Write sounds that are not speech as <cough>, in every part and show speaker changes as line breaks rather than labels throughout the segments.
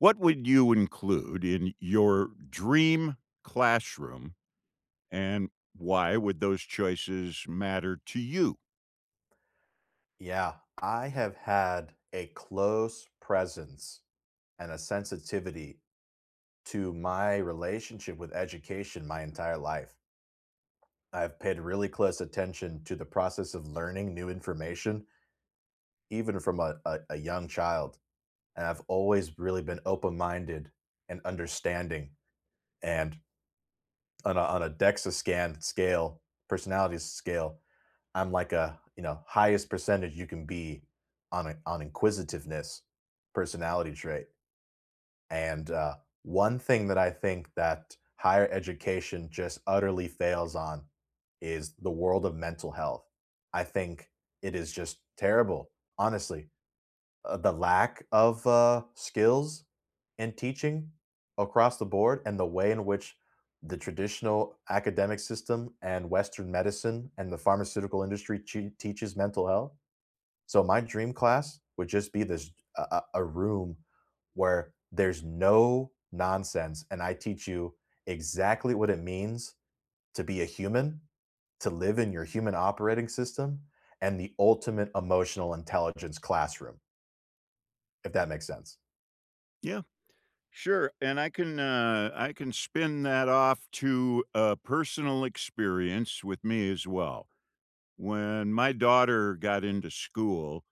What would you include in your dream classroom, and why would those choices matter to you?
Yeah, I have had a close presence and a sensitivity to my relationship with education my entire life. I've paid really close attention to the process of learning new information, even from a young child. And I've always really been open minded and understanding. And on on a DEXA scan scale, personality scale, I'm like a, you know, highest percentage you can be on on inquisitiveness personality trait. And One thing that I think that higher education just utterly fails on is the world of mental health. I think it is just terrible, honestly, the lack of skills in teaching across the board and the way in which the traditional academic system and Western medicine and the pharmaceutical industry teaches mental health. So my dream class would just be this a room where there's no nonsense and I teach you exactly what it means to be a human, to live in your human operating system and the ultimate emotional intelligence classroom if that makes sense.
Yeah, sure, and I can spin that off to a personal experience with me as well. When my daughter got into school,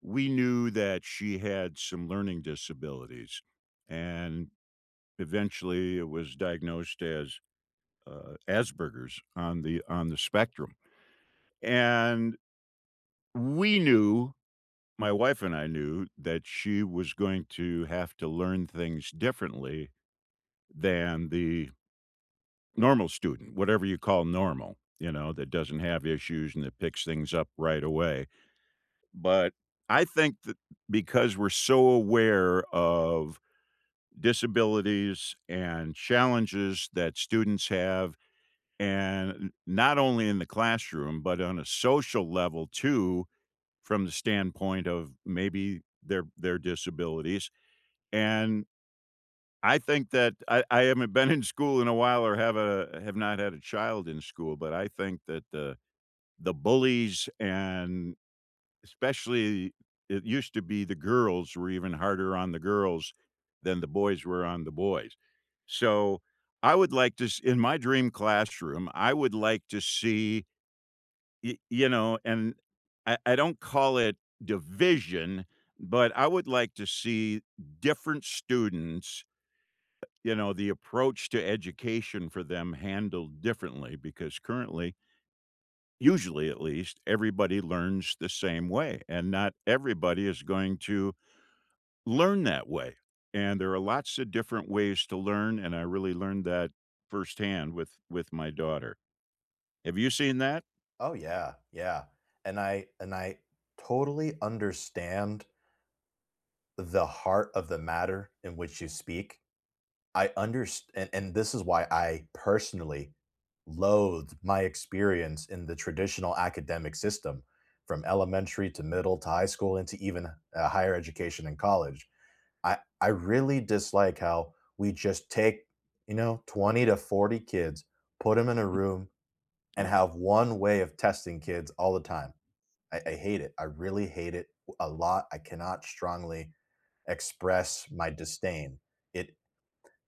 we knew that she had some learning disabilities, and eventually it was diagnosed as, Asperger's on the spectrum, and we knew, my wife and I knew that she was going to have to learn things differently than the normal student, whatever you call normal, you know, that doesn't have issues and that picks things up right away. But I think that because we're so aware of disabilities and challenges that students have, and not only in the classroom, but on a social level too, from the standpoint of maybe their disabilities. And I think that I haven't been in school in a while or have not had a child in school, but I think that the bullies and especially it used to be the girls were even harder on the girls than the boys were on the boys. So I would like to in my dream classroom, I would like to see Y you know, and I don't call it division, but I would like to see different students, you know, the approach to education for them handled differently because currently, usually at least, everybody learns the same way, and not everybody is going to learn that way, and there are lots of different ways to learn, and I really learned that firsthand with my daughter. Have you seen that?
Oh yeah, yeah, and I totally understand the heart of the matter in which you speak. I understand, and this is why I personally loathe my experience in the traditional academic system, from elementary to middle to high school and to even higher education and college. I really dislike how we just take you know 20 to 40 kids, put them in a
<laughs>
room, and
Yep.
have one way of testing kids all the time. I hate it. I really hate it a lot. I cannot strongly express my disdain. It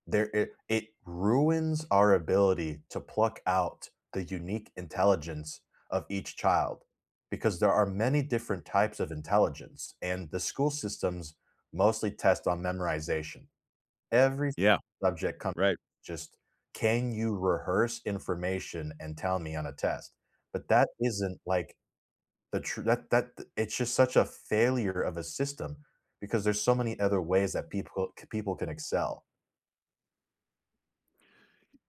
it ruins our ability to pluck out the unique intelligence of each child because there are many different types of intelligence and the school systems mostly test on memorization. Every
Yeah,
subject comes
right.
just can you rehearse information and tell me on a test? But that isn't like the tr that that it's just such a failure of a system because there's so many other ways that people can excel.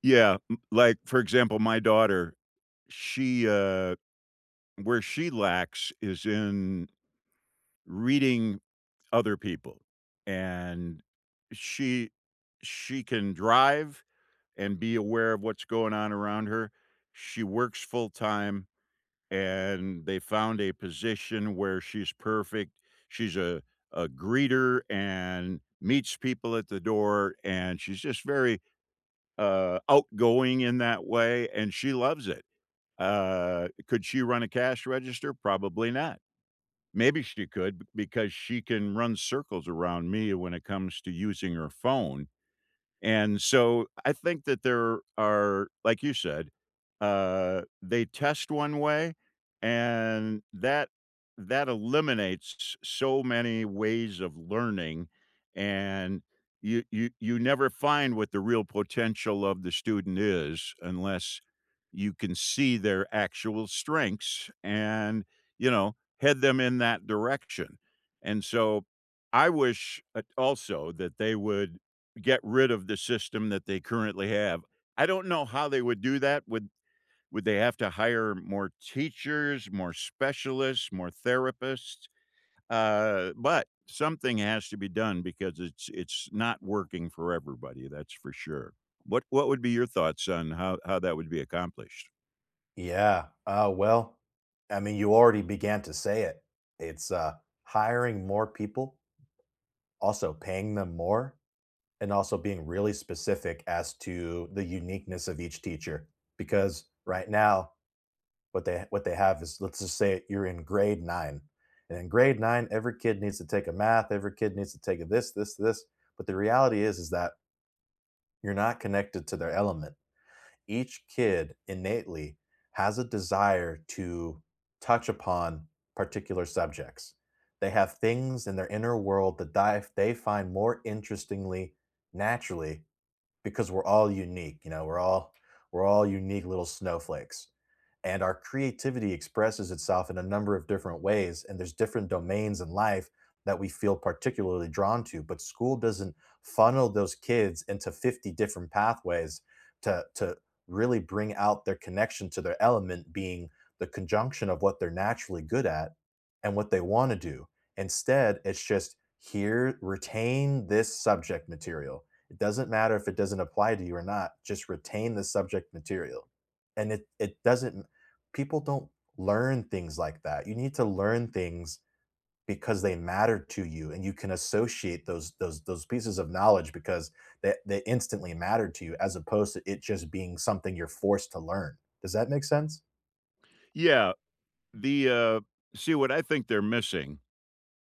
Yeah, m like, for example, my daughter, she where she lacks is in reading other people, and she she can drive and be aware of what's going on around her. She works full-time, and they found a position where she's perfect. She's a greeter and meets people at the door, and she's just very, outgoing in that way, and she loves it. Could she run a cash register? Probably not. Maybe because she can run circles around me when it comes to using her phone, and so I think that there are, like you said, they test one way, and that eliminates so many ways of learning, and you never find what the real potential of the student is unless you can see their actual strengths and you know head them in that direction. And so I wish also that they would get rid of the system that they currently have. I don't know how they would do that. Would they have to hire more teachers, more specialists, more therapists? But something has to be done because it's not working for everybody. That's for sure. What would be your thoughts on how that would be accomplished?
Yeah, well, I mean, you already began to say it. It's, hiring more people, also paying them more, and also being really specific as to the uniqueness of each teacher, because right now. What they have is let's just say you're in grade nine, and in grade nine, every kid needs to take a math, every kid needs to take a this. But the reality is that you're not connected to their element. Each kid innately has a desire to touch upon particular subjects. They have things in their inner world that they find more interestingly, naturally, because we're all unique, you know, we're all unique little snowflakes. And our creativity expresses itself in a number of different ways and there's different domains in life that we feel particularly drawn to, but school doesn't funnel those kids into 50 different pathways to really bring out their connection to their element being the conjunction of what they're naturally good at and what they want to do. Instead, it's just here retain this subject material, it doesn't matter if it doesn't apply to you or not. Just retain the subject material. And it doesn't, people don't learn things like that. You need to learn things because they matter to you and you can associate those pieces of knowledge because they instantly matter to you as opposed to it just being something you're forced to learn. Does that make sense?
Yeah, the see what I think they're missing.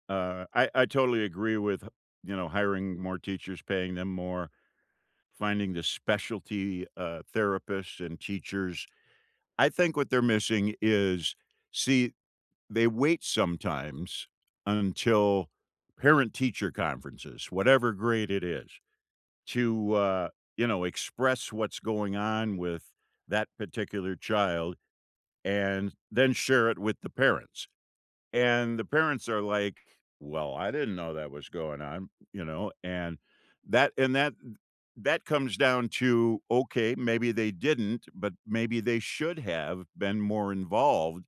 I totally agree with you know hiring more teachers, paying them more. Finding the specialty, therapists and teachers. I think what they're missing is, see, they wait sometimes until parent-teacher conferences, whatever grade it is, to, you know, express what's going on with that particular child and then share it with the parents. And the parents are like, "Well, I didn't know that was going on," you know, and that that comes down to, okay, maybe they didn't, but maybe they should have been more involved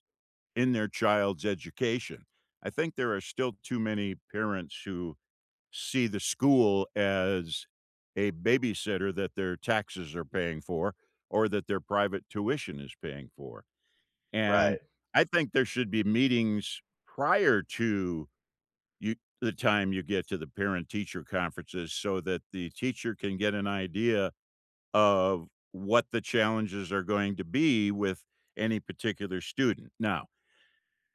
in their child's education. I think there are still too many parents who see the school as a babysitter that their taxes are paying for or that their private tuition is paying for.
Right.
And I think there should be meetings prior to you the time you get to the parent-teacher conferences so that the teacher can get an idea of what the challenges are going to be with any particular student. Now,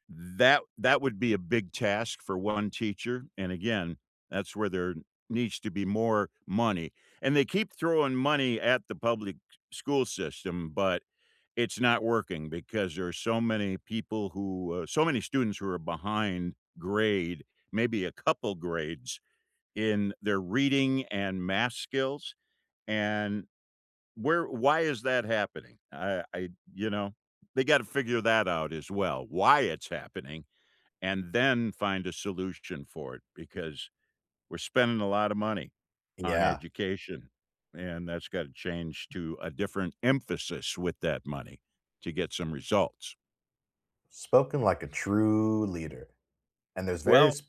that would be a big task for one teacher, and again, that's where there needs to be more money. And they keep throwing money at the public school system, but it's not working because there are so many people who, so many students who are behind grade, maybe a couple grades in their reading and math skills. And where, why is that happening? I you know, they got to figure that out as well, why it's happening, and then find a solution for it because we're spending a lot of money on
Yeah.
education, and that's gotta change to a different emphasis with that money to get some results.
Spoken like a true leader. And there's very
Well,
s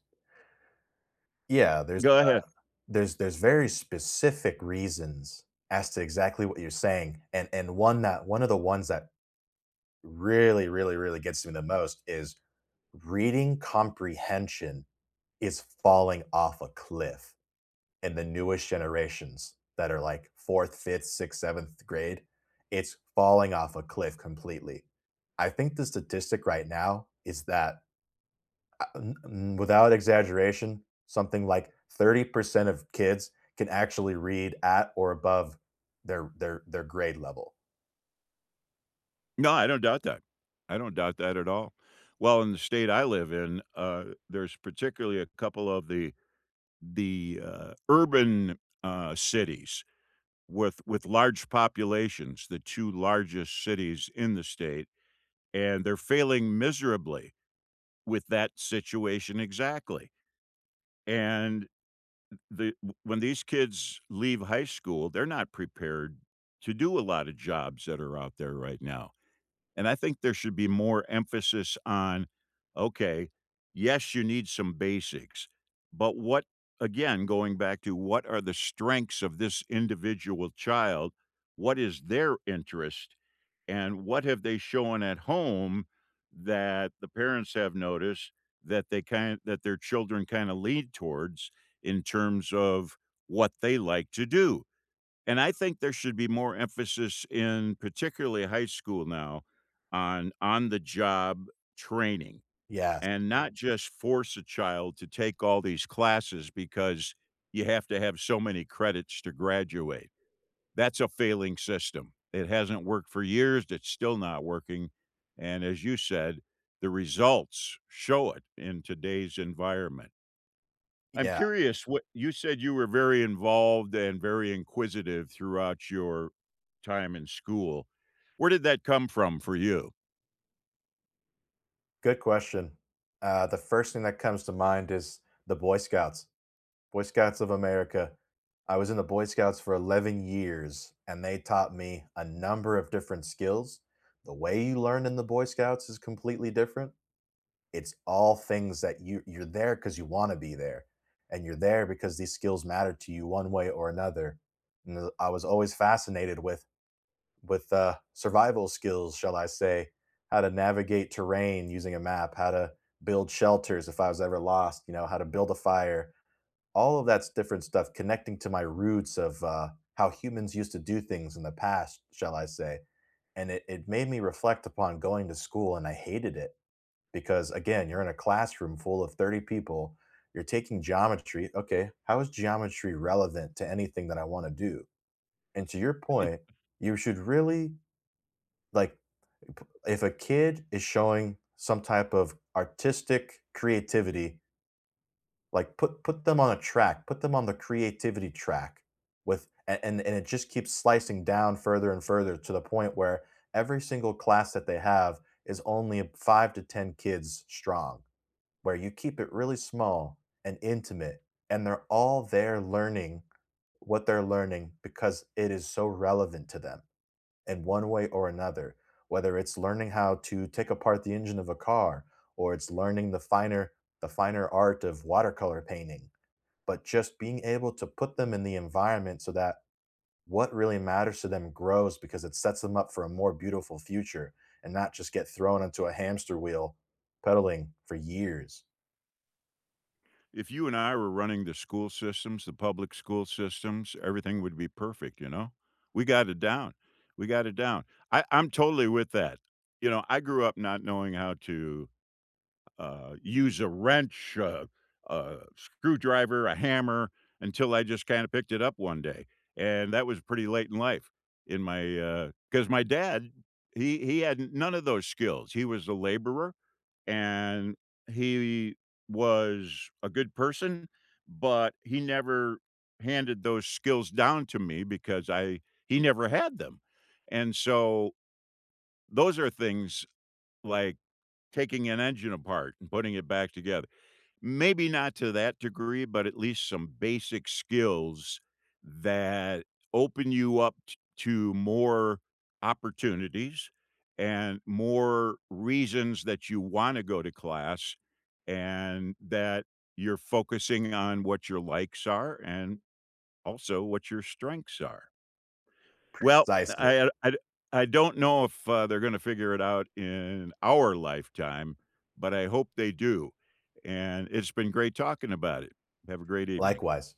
Yeah, there's,
go ahead.
there's very specific reasons as to exactly what you're saying, and one of the ones that really gets me the most is reading comprehension is falling off a cliff in the newest generations that are, like, 4th, 5th, 6th, 7th grade. It's falling off a cliff completely. I think the statistic right now is that, without exaggeration, something like 30% of kids can actually read at or above their grade level.
No, I don't doubt that. I don't doubt that at all. Well, in the state I live in, there's particularly a couple of the urban, cities with large populations, the 2 largest cities in the state, and they're failing miserably with that situation exactly. And the when these kids leave high school, they're not prepared to do a lot of jobs that are out there right now. And I think there should be more emphasis on, okay, yes, you need some basics, but what, again, going back to what are the strengths of this individual child? What is their interest? And what have they shown at home that the parents have noticed that they kind that their children kind of lead towards in terms of what they like to do? And I think there should be more emphasis in particularly high school now on the job training,
Yes.
and not Mhm. just force a child to take all these classes because you have to have so many credits to graduate. That's a failing system. It hasn't worked for years. It's still not working. And as you said, the results show it in today's environment. I'm
Yeah.
curious, what you said, you were very involved and very inquisitive throughout your time in school. Where did that come from for you?
Good question. The first thing that comes to mind is the Boy Scouts, Boy Scouts of America. I was in the Boy Scouts for 11 years, and they taught me a number of different skills. The way you learn in the Boy Scouts is completely different. It's all things that you're there 'cause you are there because you want to be there, and you're there because these skills matter to you one way or another. And I was always fascinated with survival skills, shall I say, how to navigate terrain using a map, how to build shelters if I was ever lost, you know, how to build a fire. All of that's different stuff connecting to my roots of, how humans used to do things in the past, shall I say, and it made me reflect upon going to school, and I hated it because again, you're in a classroom full of 30 people. You're taking geometry. Okay, how is geometry relevant to anything that I want to do? And to your point, you should really like, if a kid is showing some type of artistic creativity, like put them on a track, put them on the creativity track and it just keeps slicing down further and further to the point where every single class that they have is only 5 to 10 kids strong where you keep it really small and intimate, and they're all there learning what they're learning because it is so relevant to them in one way or another. Whether it's learning how to take apart the engine of a car, or it's learning the finer art of watercolor painting, but just being able to put them in the environment so that what really matters to them grows because it sets them up for a more beautiful future and not just get thrown into a hamster wheel pedaling for years.
If you and I were running the school systems, the public school systems, everything would be perfect, you know? We got it down. We got it down. I'm totally with that. You know, I grew up not knowing how to use a wrench, a screwdriver, a hammer until I just kinda picked it up one day, and that was pretty late in life in my, because my dad, he had none of those skills. He was a laborer, and he was a good person, but he never handed those skills down to me because I he never had them, and so those are things like taking an engine apart and putting it back together. Maybe not to that degree, but at least some basic skills that open you up t to more opportunities and more reasons that you wanna go to class and that you're focusing on what your likes are and also what your strengths are. Well,
Precisely.
I don't know if, they're gonna figure it out in our lifetime, but I hope they do, and it's been great talking about it. Have a great evening.
Likewise.